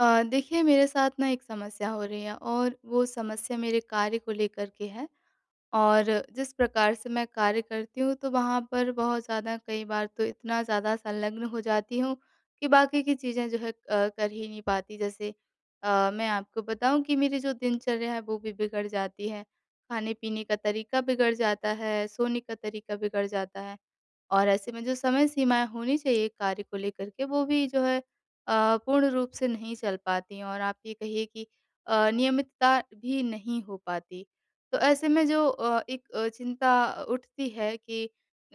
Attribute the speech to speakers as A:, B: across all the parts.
A: देखिए मेरे साथ ना एक समस्या हो रही है और वो समस्या मेरे कार्य को लेकर के है और जिस प्रकार से मैं कार्य करती हूँ तो वहाँ पर बहुत ज़्यादा कई बार तो इतना ज़्यादा संलग्न हो जाती हूँ कि बाकी की चीज़ें जो है कर ही नहीं पाती। जैसे मैं आपको बताऊँ कि मेरी जो दिनचर्या है वो भी बिगड़ जाती है, खाने-पीने का तरीका बिगड़ जाता है, सोने का तरीका बिगड़ जाता है। और ऐसे में जो समय सीमाएँ होनी चाहिए एक कार्य को लेकर के वो भी जो है पूर्ण रूप से नहीं चल पाती हैं और आप ये कहिए कि नियमितता भी नहीं हो पाती। तो ऐसे में जो एक चिंता उठती है कि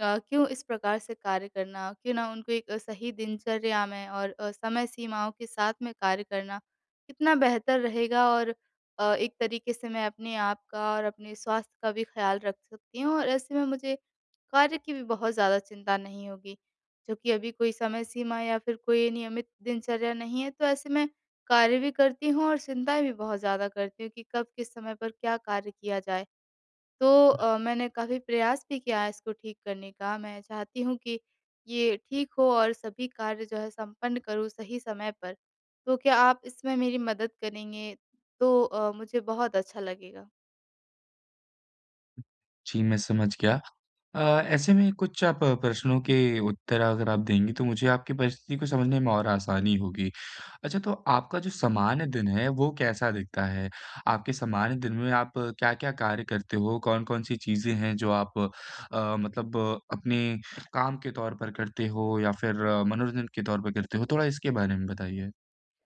A: क्यों इस प्रकार से कार्य करना? क्यों ना उनको एक सही दिनचर्या में और समय सीमाओं के साथ में कार्य करना कितना बेहतर रहेगा और एक तरीके से मैं अपने आप का और अपने स्वास्थ्य का भी ख़्याल रख सकती हूँ और ऐसे में मुझे कार्य की भी बहुत ज़्यादा चिंता नहीं होगी। जो कि अभी कोई समय सीमा या फिर कोई नियमित दिनचर्या नहीं है, तो ऐसे में कार्य भी करती हूँ और चिंताएँ भी बहुत ज़्यादा करती हूँ कि कब किस समय पर क्या कार्य किया जाए। तो मैंने काफ़ी प्रयास भी किया है इसको ठीक करने का। मैं चाहती हूँ कि ये ठीक हो और सभी कार्य जो है संपन्न करूँ सही समय पर। तो क्या आप इसमें मेरी मदद करेंगे? तो मुझे बहुत अच्छा लगेगा।
B: जी, मैं समझ गया। अ, ऐसे में कुछ आप प्रश्नों के उत्तर अगर आप देंगी, तो मुझे आपकी परिस्थिति को समझने में और आसानी होगी। अच्छा, तो आपका जो सामान्य दिन है, वो कैसा दिखता है? आपके सामान्य दिन में आप क्या-क्या कार्य करते हो? कौन-कौन सी चीज़ें हैं जो आप मतलब अपने काम के तौर पर करते हो या फिर मनोरंजन के तौर पर करते हो? थोड़ा इसके बारे में बताइए।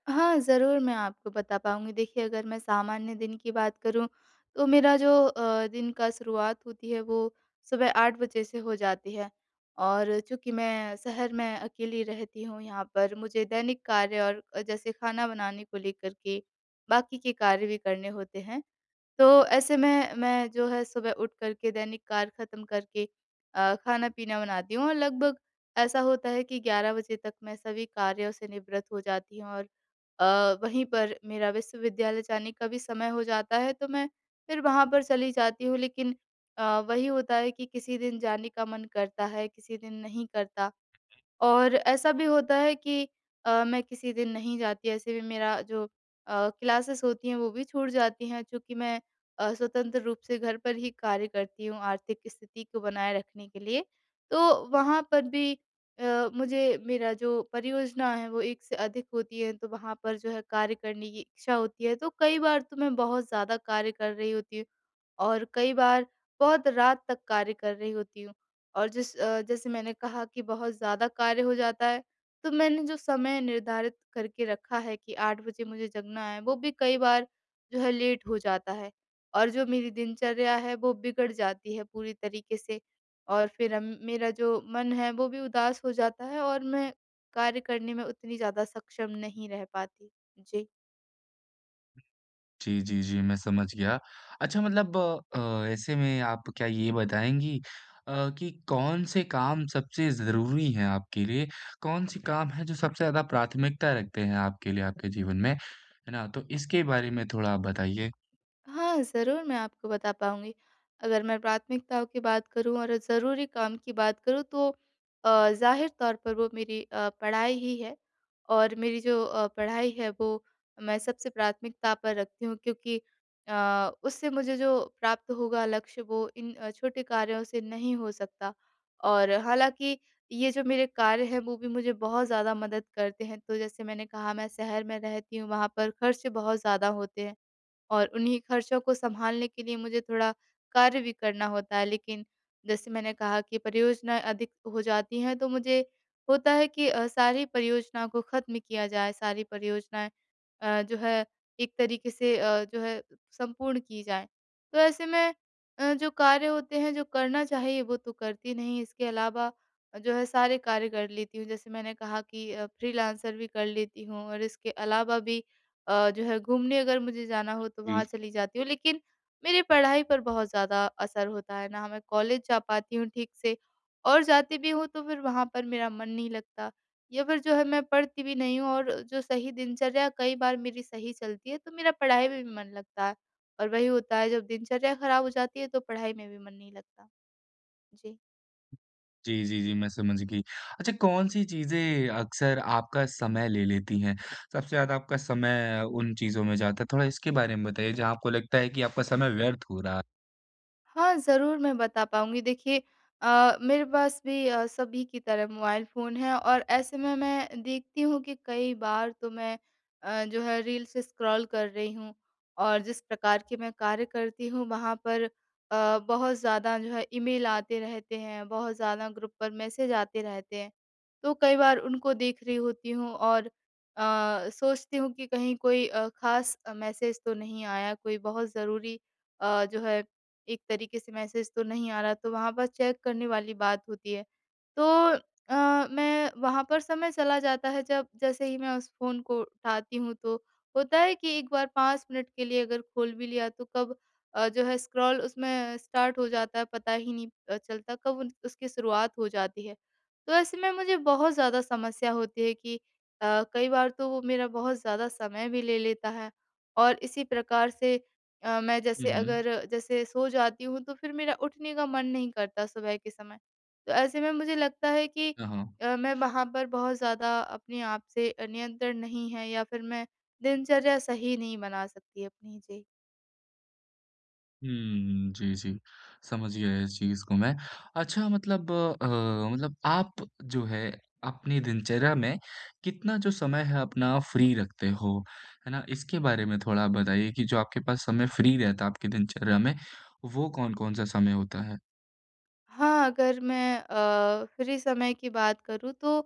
A: हाँ, ज़रूर मैं आपको बता पाऊँगी। देखिए, अगर मैं सामान्य दिन की बात करूँ, तो मेरा जो दिन का शुरुआत होती है, वो सुबह 8 बजे से हो जाती है। और चूँकि मैं शहर में अकेली रहती हूँ, यहाँ पर मुझे दैनिक कार्य और जैसे खाना बनाने को लेकर के बाकी के कार्य भी करने होते हैं। तो ऐसे में मैं जो है, सुबह उठ कर के दैनिक कार्य ख़त्म करके खाना-पीना बनाती हूँ और लगभग ऐसा होता है कि 11 बजे तक मैं सभी कार्यों से निवृत्त हो जाती हूँ और वहीं पर मेरा विश्वविद्यालय जाने का भी समय हो जाता है तो मैं फिर वहाँ पर चली जाती हूँ, लेकिन वही होता है कि किसी दिन जाने का मन करता है, किसी दिन नहीं करता। और ऐसा भी होता है कि मैं किसी दिन नहीं जाती, ऐसे भी मेरा जो क्लासेस होती हैं वो भी छूट जाती हैं, चूँकि मैं स्वतंत्र रूप से घर पर ही कार्य करती हूँ आर्थिक स्थिति को बनाए रखने के लिए। तो वहाँ पर भी मुझे मेरा जो परियोजना है वो एक से अधिक होती है तो वहाँ पर जो है कार्य करने की इच्छा होती है। तो कई बार तो मैं बहुत ज़्यादा कार्य कर रही होती हूँ और कई बार बहुत रात तक कार्य कर रही होती हूँ और जैसे मैंने कहा कि बहुत ज़्यादा कार्य हो जाता है, तो मैंने जो समय निर्धारित करके रखा है कि 8 बजे मुझे जगना है, वो भी कई बार जो है लेट हो जाता है और जो मेरी दिनचर्या है, वो बिगड़ जाती है पूरी तरीके से और फिर मेरा जो मन है, वो भी उदास हो जाता है और मैं कार्य करने में उतनी ज़्यादा सक्षम नहीं रह पाती। जी।
B: जी, जी, जी, मैं समझ गया। अच्छा, मतलब ऐसे में आप क्या ये बताएँगी कि कौन से काम सबसे ज़रूरी हैं आपके लिए? कौन-से काम हैं जो सबसे ज़्यादा प्राथमिकता रखते हैं आपके लिए आपके जीवन में? है ना? तो इसके बारे में थोड़ा आप बताइए।
A: हाँ, ज़रूर मैं आपको बता पाऊँगी। अगर मैं प्राथमिकताओं की बात करूँ और ज़रूरी काम की बात करूँ तो ज़ाहिर तौर पर वो मेरी पढ़ाई ही है और मेरी जो पढ़ाई है वो मैं सबसे प्राथमिकता पर रखती हूँ, क्योंकि उससे मुझे जो प्राप्त होगा लक्ष्य वो इन छोटे कार्यों से नहीं हो सकता। और हालाँकि ये जो मेरे कार्य हैं वो भी मुझे बहुत ज़्यादा मदद करते हैं। तो जैसे मैंने कहा मैं शहर में रहती हूँ, वहाँ पर खर्च बहुत ज़्यादा होते हैं। और उन्हीं खर्चों को सँभालने के लिए मुझे थोड़ा कार्य भी करना होता है। लेकिन जैसे मैंने कहा कि परियोजनाएँ अधिक हो जाती हैं तो मुझे होता है कि सारी परियोजनाओं को ख़त्म किया जाए, सारी परियोजनाएँ जो है एक तरीके से जो है संपूर्ण की जाएँ। तो ऐसे में जो कार्य होते हैं, जो करना चाहिए वो तो करती नहीं, इसके अलावा जो है सारे कार्य कर लेती हूँ। जैसे मैंने कहा कि फ्रीलांसर भी कर लेती हूँ और इसके अलावा भी जो है घूमने अगर मुझे जाना हो तो
B: जी।
A: वहाँ चली जाती हूँ। लेकिन मेरी पढ़ाई पर बहुत ज़्यादा असर होता है, ना मैं कॉलेज जा पाती हूँ ठीक से और जाती भी हूँ तो फिर वहाँ पर मेरा मन नहीं लगता या फिर जो है मैं पढ़ती भी नहीं हूँ और जो सही दिनचर्या कई बार मेरी सही चलती है तो मेरा पढ़ाई में भी मन लगता है। और वही होता है जब दिनचर्या खराब हो जाती है तो पढ़ाई में भी मन नहीं लगता। जी।
B: जी, जी, जी, मैं समझ गई। अच्छा, कौन-सी चीज़ें अक्सर आपका समय ले लेती हैं? सबसे ज़्यादा आपका समय उन चीज़ों में जाता है, थोड़ा इसके बारे में बताइए जहाँ आपको लगता है कि आपका समय व्यर्थ हो रहा है?
A: हाँ, ज़रूर मैं बता पाऊँगी। देखिए, मेरे पास भी सभी की तरह मोबाइल फ़ोन है और ऐसे में मैं देखती हूँ कि कई बार तो मैं जो है रील्स स्क्रॉल कर रही हूँ और जिस प्रकार के मैं कार्य करती हूँ वहाँ पर बहुत ज़्यादा जो है ईमेल आते रहते हैं, बहुत ज़्यादा ग्रुप पर मैसेज आते रहते हैं। तो कई बार उनको देख रही होती हूँ और सोचती हूँ कि कहीं कोई ख़ास मैसेज तो नहीं आया, कोई बहुत ज़रूरी जो है एक तरीके से मैसेज तो नहीं आ रहा, तो वहाँ पर चेक करने वाली बात होती है। तो मैं वहाँ पर समय चला जाता है जब जैसे ही मैं उस फ़ोन को उठाती हूँ तो होता है कि एक बार 5 मिनट के लिए अगर खोल भी लिया तो कब जो है स्क्रॉल उसमें स्टार्ट हो जाता है, पता ही नहीं चलता कब उन उसकी शुरुआत हो जाती है। तो ऐसे में मुझे बहुत ज़्यादा समस्या होती है कि कई बार तो वो मेरा बहुत ज़्यादा समय भी ले लेता है और इसी प्रकार से मैं
B: हुँ,
A: जैसे
B: हुँ।
A: अगर जैसे सो जाती हूँ तो फिर मेरा उठने का मन नहीं करता सुबह के समय। तो ऐसे में मुझे लगता है कि
B: हाँ, हाँ।
A: मैं वहाँ पर बहुत ज़्यादा अपने आप से नियंत्रण नहीं है या फिर मैं दिनचर्या सही नहीं बना सकती अपनी। जी।
B: हुँ, जी, जी। समझ गया इस चीज़ को मैं। अच्छा, मतलब मतलब आप जो है अपनी दिनचर्या में कितना जो समय है अपना फ्री रखते हो, है ना? इसके बारे में थोड़ा आप बताइए कि जो आपके पास समय फ्री रहता है आपकी दिनचर्या में, वो कौन-कौन सा समय होता है?
A: हाँ, अगर मैं फ्री समय की बात करूँ तो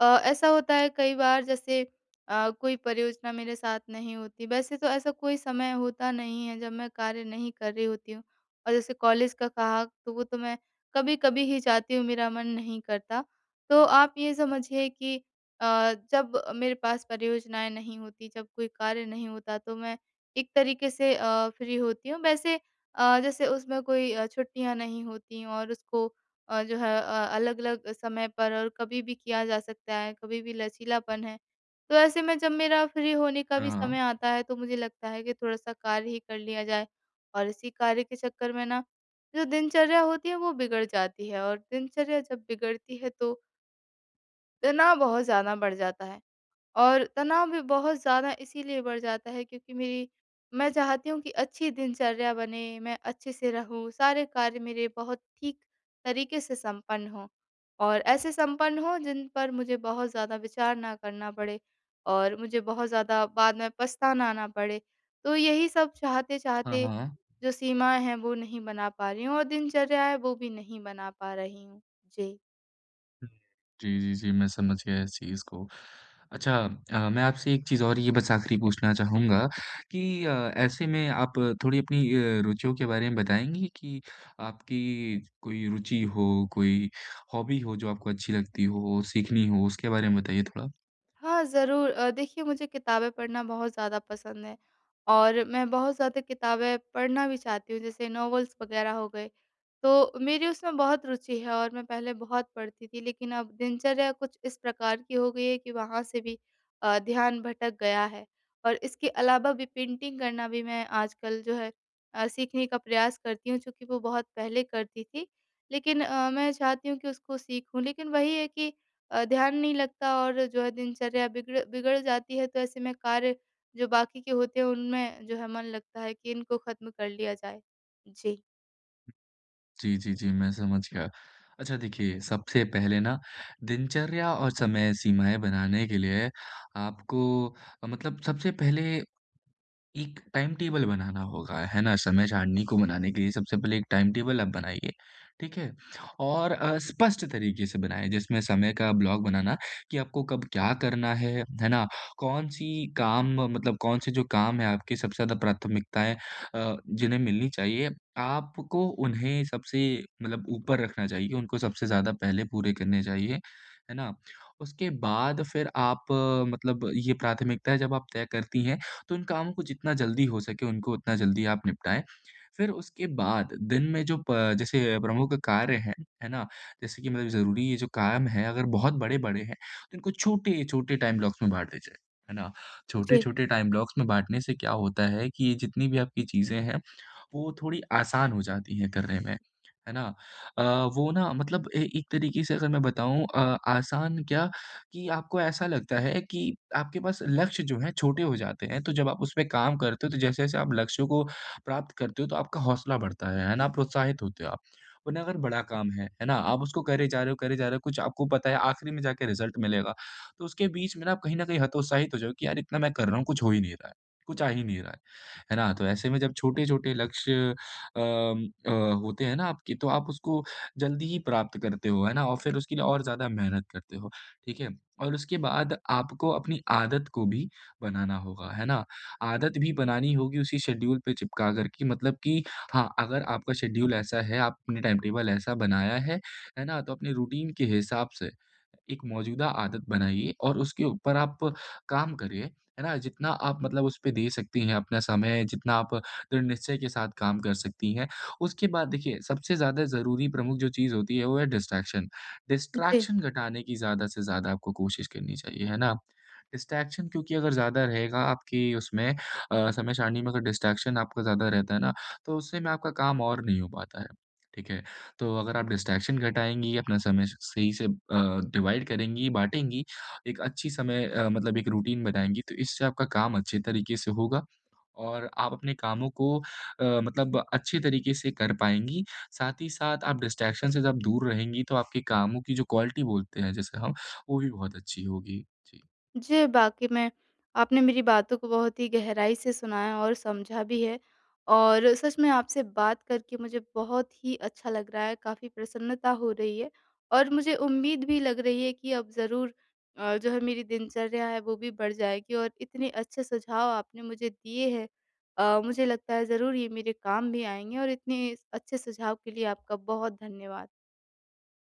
A: ऐसा होता है कई बार, जैसे कोई परियोजना मेरे साथ नहीं होती। वैसे तो ऐसा कोई समय होता नहीं है जब मैं कार्य नहीं कर रही होती हूँ। और जैसे कॉलेज का कहा तो वो तो मैं कभी-कभी ही जाती हूँ, मेरा मन नहीं करता। तो आप ये समझिए कि अ, जब मेरे पास परियोजनाएँ नहीं होती, जब कोई कार्य नहीं होता तो मैं एक तरीके से फ्री होती हूँ। वैसे जैसे उसमें कोई छुट्टियाँ नहीं होती और उसको जो है अलग-अलग समय पर और कभी भी किया जा सकता है, कभी भी लचीलापन है। तो ऐसे में जब मेरा फ्री होने का
B: हाँ,
A: भी समय
B: हाँ।
A: आता है तो मुझे लगता है कि थोड़ा-सा कार्य ही कर लिया जाए और इसी कार्य के चक्कर में ना जो दिनचर्या होती है वो बिगड़ जाती है और दिनचर्या जब बिगड़ती है तो तनाव बहुत ज़्यादा बढ़ जाता है। और तनाव भी बहुत ज़्यादा इसीलिए बढ़ जाता है क्योंकि मेरी मैं चाहती हूँ कि अच्छी दिनचर्या बने, मैं अच्छे से रहूँ, सारे कार्य मेरे बहुत ठीक तरीके से संपन्न हों और ऐसे संपन्न हों जिन पर मुझे बहुत ज़्यादा विचार ना करना पड़े और मुझे बहुत ज़्यादा बाद में पछताना ना पड़े। तो यही सब
B: हाँ,
A: चाहते-चाहते
B: हाँ।
A: जो सीमाएँ हैं वो नहीं बना पा रही हूँ और दिनचर्या है वो भी नहीं बना पा रही हूँ। जी।
B: जी, जी, जी, मैं समझ गया इस चीज़ को। अच्छा, मैं आपसे एक चीज़ और ये बस आखिरी पूछना चाहूँगा कि ऐसे में आप थोड़ी अपनी रुचियों के बारे में बताएँगी कि आपकी कोई रुचि हो, कोई हॉबी हो जो आपको अच्छी लगती हो, सीखनी हो, उसके बारे में बताइए थोड़ा?
A: हाँ, ज़रूर। देखिए, मुझे किताबें पढ़ना बहुत ज़्यादा पसंद है और मैं बहुत ज़्यादा किताबें पढ़ना भी चाहती हूँ, जैसे नॉवेल्स वग़ैरह हो गए। तो मेरी उसमें बहुत रुचि है और मैं पहले बहुत पढ़ती थी, लेकिन अब दिनचर्या कुछ इस प्रकार की हो गई है कि वहाँ से भी ध्यान भटक गया है। और इसके अलावा भी पेंटिंग करना भी मैं आजकल जो है सीखने का प्रयास करती हूँ, चूँकि वो बहुत पहले करती थी। लेकिन मैं चाहती हूँ कि उसको सीखूँ, लेकिन वही है कि ध्यान नहीं लगता और जो है दिनचर्या बिगड़ बिगड़ जाती है तो ऐसे में कार्य जो बाकी के होते हैं उनमें जो है मन लगता है कि इनको खत्म कर लिया जाए। जी।
B: जी, जी, जी, मैं समझ गया। अच्छा, देखिए, सबसे पहले ना दिनचर्या और समय सीमाएँ बनाने के लिए आपको मतलब सबसे पहले एक टाइम टेबल बनाना होगा, है ना? समय सारणी को बनाने के लिए सबसे पहले एक टाइम टेबल आप बनाइए, ठीक है? और स्पष्ट तरीके से बनाएँ जिसमें समय का ब्लॉक बनाना कि आपको कब क्या करना है ना? कौन-सी काम मतलब कौन-से जो काम है आपकी सबसे ज़्यादा प्राथमिकताएँ जिन्हें मिलनी चाहिए, आपको उन्हें सबसे मतलब ऊपर रखना चाहिए, उनको सबसे ज़्यादा पहले पूरे करने चाहिए, है ना? उसके बाद फिर आप मतलब ये प्राथमिकताएँ जब आप तय करती हैं, तो उन कामों को जितना जल्दी हो सके उनको उतना जल्दी आप निपटाएँ। फिर उसके बाद दिन में जो प जैसे प्रमुख कार्य हैं, है ना? जैसे कि मतलब ज़रूरी ये जो काम है अगर बहुत बड़े-बड़े हैं तो इनको छोटे-छोटे टाइम ब्लॉक्स में बाँट दीजिए, है ना?
A: जी,
B: छोटे-छोटे टाइम ब्लॉक्स में बाँटने से क्या होता है कि ये जितनी भी आपकी चीज़ें हैं वो थोड़ी आसान हो जाती हैं करने में, है ना? अ, वो ना मतलब ए एक तरीके से अगर मैं बताऊँ आसान क्या कि आपको ऐसा लगता है कि आपके पास लक्ष्य जो हैं छोटे हो जाते हैं, तो जब आप उसपे काम करते हो, तो जैसे-जैसे आप लक्ष्यों को प्राप्त करते हो, तो आपका हौसला बढ़ता है ना? प्रोत्साहित होते हो आप। वरना अगर बड़ा काम है ना? आप उसको करे जा रहे हो, करे जा रहे हो, कुछ आपको पता है आखिरी में जाके रिज़ल्ट मिलेगा, तो उसके बीच में ना आप कहीं न कहीं हतोत्साहित हो जाओगे कि यार इतना मैं कर रहा हूँ, कुछ हो ही नहीं रहा है, कुछ आ ही नहीं रहा है। है ना? तो ऐसे में जब छोटे-छोटे लक्ष्य अम, अ, होते हैं ना आपके तो आप उसको जल्दी ही प्राप्त करते हो, है ना? और फिर उसके लिए और ज़्यादा मेहनत करते हो, ठीक है? और उसके बाद आपको अपनी आदत को भी बनाना होगा, है ना? आदत भी बनानी होगी उसी शेड्यूल पे चिपका कर कि मतलब कि हाँ, अगर आपका शेड्यूल ऐसा है, आपने टाइम टेबल ऐसा बनाया है ना? तो अपने रूटीन के हिसाब से एक मौजूदा आदत बनाइए और उसके ऊपर आप काम करिए। है ना? जितना आप मतलब उसपे दे सकती हैं अपना समय, जितना आप दृढ़ निश्चय के साथ काम कर सकती हैं। उसके बाद देखिए सबसे ज़्यादा ज़रूरी प्रमुख जो चीज़ होती है वो है डिस्ट्रैक्शन।
A: जी।
B: डिस्ट्रैक्शन घटाने की ज़्यादा से ज़्यादा आपको कोशिश करनी चाहिए, है ना? डिस्ट्रैक्शन क्योंकि अगर ज़्यादा रहेगा आपकी उसमें समय सारणी में अगर डिस्ट्रैक्शन आपका ज़्यादा रहता है ना, तो उससे में आपका काम और नहीं हो पाता है। ठीक है? तो अगर आप डिस्ट्रैक्शन घटाएँगी, अपना समय स सही से डिवाइड करेंगी, बाँटेंगी एक अच्छी समय मतलब एक रूटीन बनाएँगी, तो इससे आपका काम अच्छे तरीके से होगा और आप अपने कामों को मतलब अच्छे तरीके से कर पाएँगी। साथ ही साथ आप डिस्ट्रैक्शन से जब दूर रहेंगी, तो आपके कामों की जो क्वालिटी बोलते हैं, जैसे हम, वो भी बहुत अच्छी होगी। जी।
A: जी, वाक़ई में आपने मेरी बातों को बहुत ही गहराई से सुना है और समझा भी है। और सच में आपसे बात करके मुझे बहुत ही अच्छा लग रहा है, काफ़ी प्रसन्नता हो रही है और मुझे उम्मीद भी लग रही है कि अब ज़रूर जो है मेरी दिनचर्या है वो भी बढ़ जाएगी और इतने अच्छे सुझाव आपने मुझे दिए हैं। मुझे लगता है ज़रूर ये मेरे काम भी आएँगे और इतने अच्छे सुझाव के लिए आपका बहुत धन्यवाद।